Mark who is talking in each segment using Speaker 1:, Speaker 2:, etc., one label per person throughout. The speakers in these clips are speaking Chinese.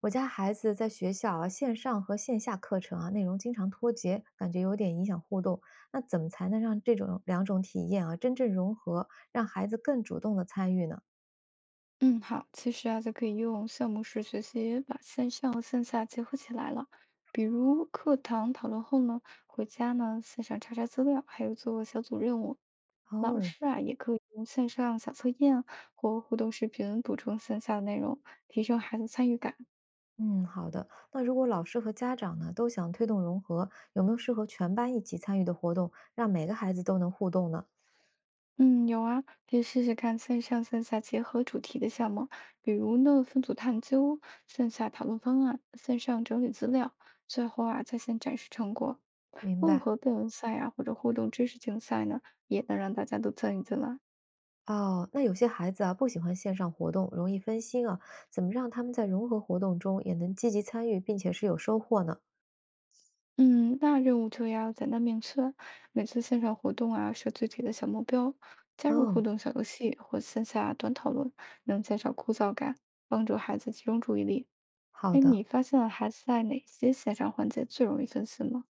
Speaker 1: 我家孩子在学校啊，线上和线下课程啊，内容经常脱节，感觉有点影响互动。那怎么才能让这种两种体验啊真正融合，让孩子更主动的参与呢？
Speaker 2: 嗯，好，其实啊，就可以用项目式学习把线上和线下结合起来了。比如课堂讨论后呢，回家呢线上查查资料，还有做小组任务。老
Speaker 1: 哦，
Speaker 2: 师啊，也可以用线上小测验或互动视频补充线下的内容，提升孩子参与感。
Speaker 1: 嗯，好的。那如果老师和家长呢都想推动融合，有没有适合全班一起参与的活动，让每个孩子都能互动呢？
Speaker 2: 嗯，有啊，可以试试看线上线下结合主题的项目，比如呢分组探究、线下讨论方案、线上整理资料，最后啊在线展示成果。
Speaker 1: 明
Speaker 2: 混
Speaker 1: 白。
Speaker 2: 合辩论赛呀、或者互动知识竞赛呢，也能让大家都参与进来。
Speaker 1: 哦，那有些孩子啊不喜欢线上活动，容易分心啊，怎么让他们在融合活动中也能积极参与，并且是有收获呢？
Speaker 2: 嗯，那任务就要简单明确，每次线上活动啊设具体的小目标，加入互
Speaker 1: 哦，
Speaker 2: 动小游戏或线下短讨论，能减少枯燥感，帮助孩子集中注意力。
Speaker 1: 好
Speaker 2: 哎，
Speaker 1: 的。
Speaker 2: 你发现了孩子在哪些线上环节最容易分心吗？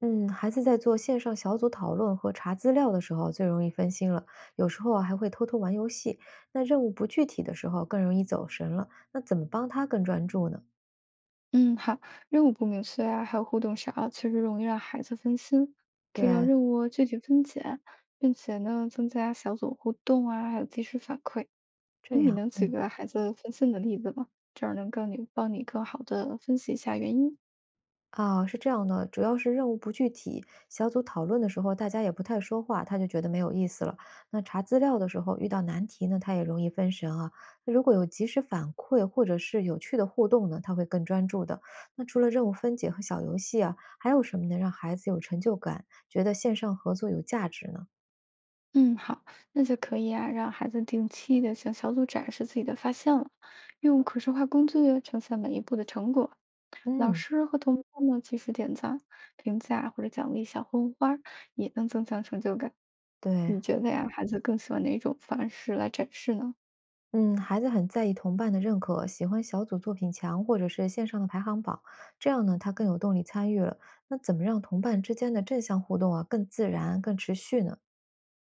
Speaker 1: 嗯，孩子在做线上小组讨论和查资料的时候最容易分心了，有时候啊还会偷偷玩游戏。那任务不具体的时候更容易走神了，那怎么帮他更专注呢？
Speaker 2: 嗯，好，任务不明确啊，还有互动少，确实容易让孩子分心，可以让
Speaker 1: 对，
Speaker 2: 任务具体分解，并且呢增加小组互动啊，还有及时反馈。
Speaker 1: 这
Speaker 2: 诶，你
Speaker 1: 样，
Speaker 2: 能举
Speaker 1: 嗯。
Speaker 2: 个孩子分心的例子吗？这样能帮你更好的分析一下原因。
Speaker 1: 啊，是这样的，主要是任务不具体，小组讨论的时候大家也不太说话，他就觉得没有意思了。那查资料的时候遇到难题呢，他也容易分神啊。那如果有及时反馈或者是有趣的互动呢，他会更专注的。那除了任务分解和小游戏啊，还有什么能让孩子有成就感，觉得线上合作有价值呢？
Speaker 2: 嗯，好，那就可以啊，让孩子定期的向小组展示自己的发现了，用可视化工具呈现每一步的成果。老
Speaker 1: 嗯，
Speaker 2: 师和同伴呢及时点赞、评价或者奖励小红花儿，也能增强成就感。
Speaker 1: 对。
Speaker 2: 你觉得呀，孩子更喜欢哪种方式来展示呢？
Speaker 1: 嗯，孩子很在意同伴的认可，喜欢小组作品墙或者是线上的排行榜，这样呢，他更有动力参与了。那怎么让同伴之间的正向互动啊更自然、更持续呢？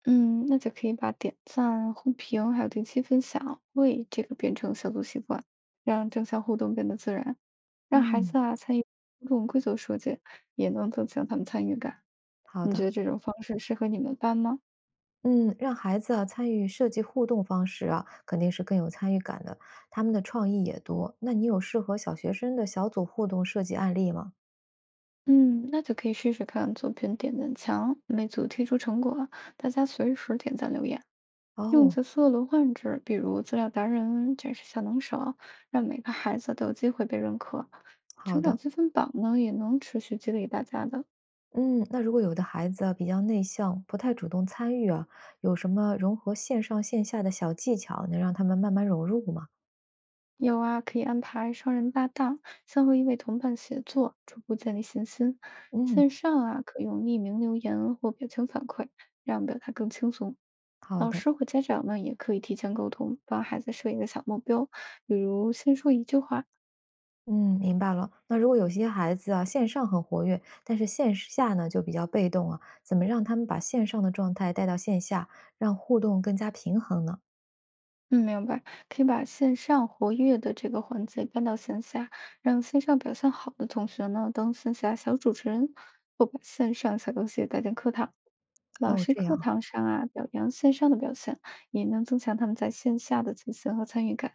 Speaker 2: 嗯，那就可以把点赞、互评还有定期分享为这个变成小组习惯，让正向互动变得自然，让孩
Speaker 1: 嗯，
Speaker 2: 子啊参与互动规则设计，也能增强他们参与感。
Speaker 1: 好
Speaker 2: 你觉
Speaker 1: 的，
Speaker 2: 得这种方式适合你们班吗？
Speaker 1: 嗯，让孩子啊参与设计互动方式啊，肯定是更有参与感的，他们的创意也多。那你有适合小学生的小组互动设计案例吗？
Speaker 2: 嗯，那就可以试试看作品点赞墙，每组贴出成果，大家随时点赞留言，用
Speaker 1: 哦，
Speaker 2: 角色轮换制，比如资料达人展示小能手，让每个孩子都有机会被认可。
Speaker 1: 好
Speaker 2: 成长
Speaker 1: 的，
Speaker 2: 积分榜呢，也能持续激励大家的。
Speaker 1: 嗯，那如果有的孩子啊比较内向，不太主动参与啊，有什么融合线上线下的小技巧，能让他们慢慢融入吗？
Speaker 2: 有啊，可以安排双人搭档，先和一位同伴协作，逐步建立信心。
Speaker 1: 嗯，
Speaker 2: 线上啊，可用匿名留言或表情反馈，让表达更轻松。
Speaker 1: 好
Speaker 2: 老
Speaker 1: 的，
Speaker 2: 师或家长呢，也可以提前沟通，帮孩子设一个小目标，比如先说一句话。
Speaker 1: 嗯，明白了。那如果有些孩子啊，线上很活跃，但是线下呢就比较被动啊，怎么让他们把线上的状态带到线下，让互动更加平衡呢？
Speaker 2: 嗯，明白，可以把线上活跃的这个环节搬到线下，让线上表现好的同学呢当线下小主持人，或把线上小游戏带进课堂。老
Speaker 1: 哦，
Speaker 2: 师
Speaker 1: 这
Speaker 2: 课
Speaker 1: 样。
Speaker 2: 堂上啊，表扬线上的表现，也能增强他们在线下的自信和参与感。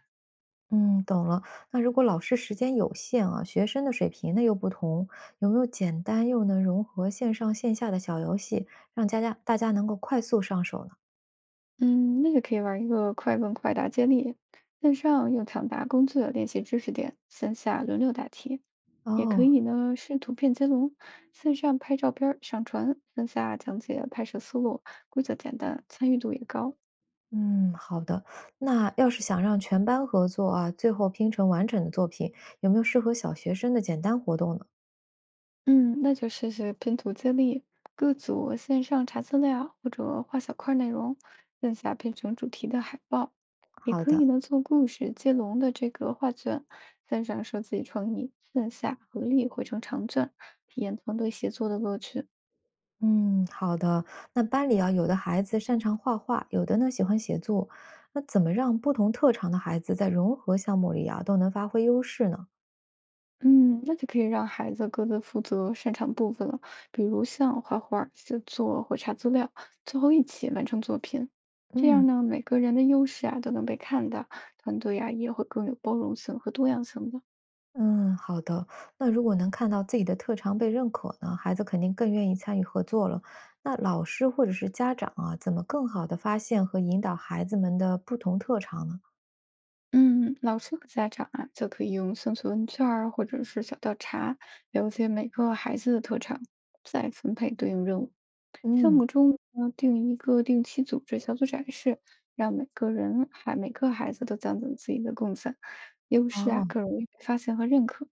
Speaker 1: 嗯，懂了。那如果老师时间有限啊，学生的水平呢又不同，有没有简单又能融合线上线下的小游戏，让家家大家能够快速上手呢？
Speaker 2: 嗯，那个可以玩一个快问快答接力，线上用抢答工具练习知识点，线下轮流答题。也可
Speaker 1: 哦，
Speaker 2: 以呢，是图片接龙，线上拍照片儿上传，线下讲解拍摄思路，规则简单，参与度也高。
Speaker 1: 嗯，好的。那要是想让全班合作啊，最后拼成完整的作品，有没有适合小学生的简单活动呢？
Speaker 2: 嗯，那就试试拼图接力，各组线上查资料，或者画小块儿内容，线下拼成主题的海报。也
Speaker 1: 好
Speaker 2: 可以
Speaker 1: 的。
Speaker 2: 呢，做故事接龙的这个画卷，线上自己创意，线下合力绘成长卷，体验团队协作的乐趣。
Speaker 1: 嗯，好的。那班里啊，有的孩子擅长画画，有的呢喜欢写作，那怎么让不同特长的孩子在融合项目里啊都能发挥优势呢？
Speaker 2: 嗯，那就可以让孩子各自负责擅长部分了，比如像画画、写作或查资料，最后一起完成作品。这
Speaker 1: 嗯。
Speaker 2: 样呢，每个人的优势啊都能被看到，团队啊也会更有包容性和多样性的。
Speaker 1: 嗯，好的。那如果能看到自己的特长被认可呢，孩子肯定更愿意参与合作了。那老师或者是家长啊，怎么更好的发现和引导孩子们的不同特长呢？
Speaker 2: 嗯，老师和家长啊就可以用兴趣问卷儿或者是小调查，了解每个孩子的特长，再分配对应任务。项
Speaker 1: 嗯，
Speaker 2: 目中呢，定一个定期组织小组展示，让每个人还每个孩子都讲讲自己的贡献，优势啊
Speaker 1: 哦，
Speaker 2: 更容易被发现和认可。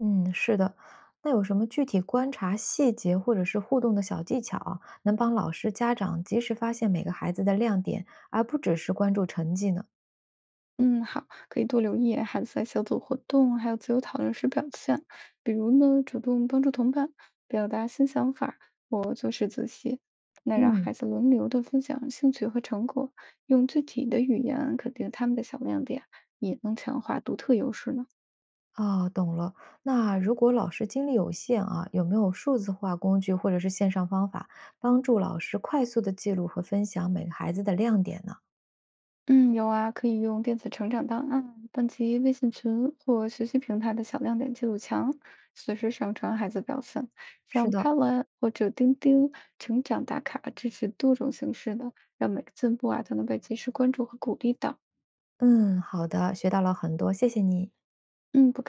Speaker 1: 嗯，是的。那有什么具体观察细节或者是互动的小技巧啊能帮老师、家长及时发现每个孩子的亮点，而不只是关注成绩呢？
Speaker 2: 嗯，好，可以多留意孩子在小组活动还有自由讨论时表现，比如呢，主动帮助同伴，表达新想法，或做事仔细。那让
Speaker 1: 嗯
Speaker 2: 孩子轮流的分享兴趣和成果，用具体的语言肯定他们的小亮点，也能强化独特优势呢。
Speaker 1: 哦，懂了。那如果老师精力有限啊，有没有数字化工具或者是线上方法，帮助老师快速的记录和分享每个孩子的亮点呢？
Speaker 2: 嗯，有啊，可以用电子成长档案、班级微信群或学习平台的小亮点记录墙，随时上传孩子表现。
Speaker 1: 是
Speaker 2: 像拍
Speaker 1: 的，
Speaker 2: a 或者钉钉成长打卡，支持多种形式的，让每个进步啊都能被及时关注和鼓励到。
Speaker 1: 嗯，好的，学到了很多，谢谢你。
Speaker 2: 嗯，不客气。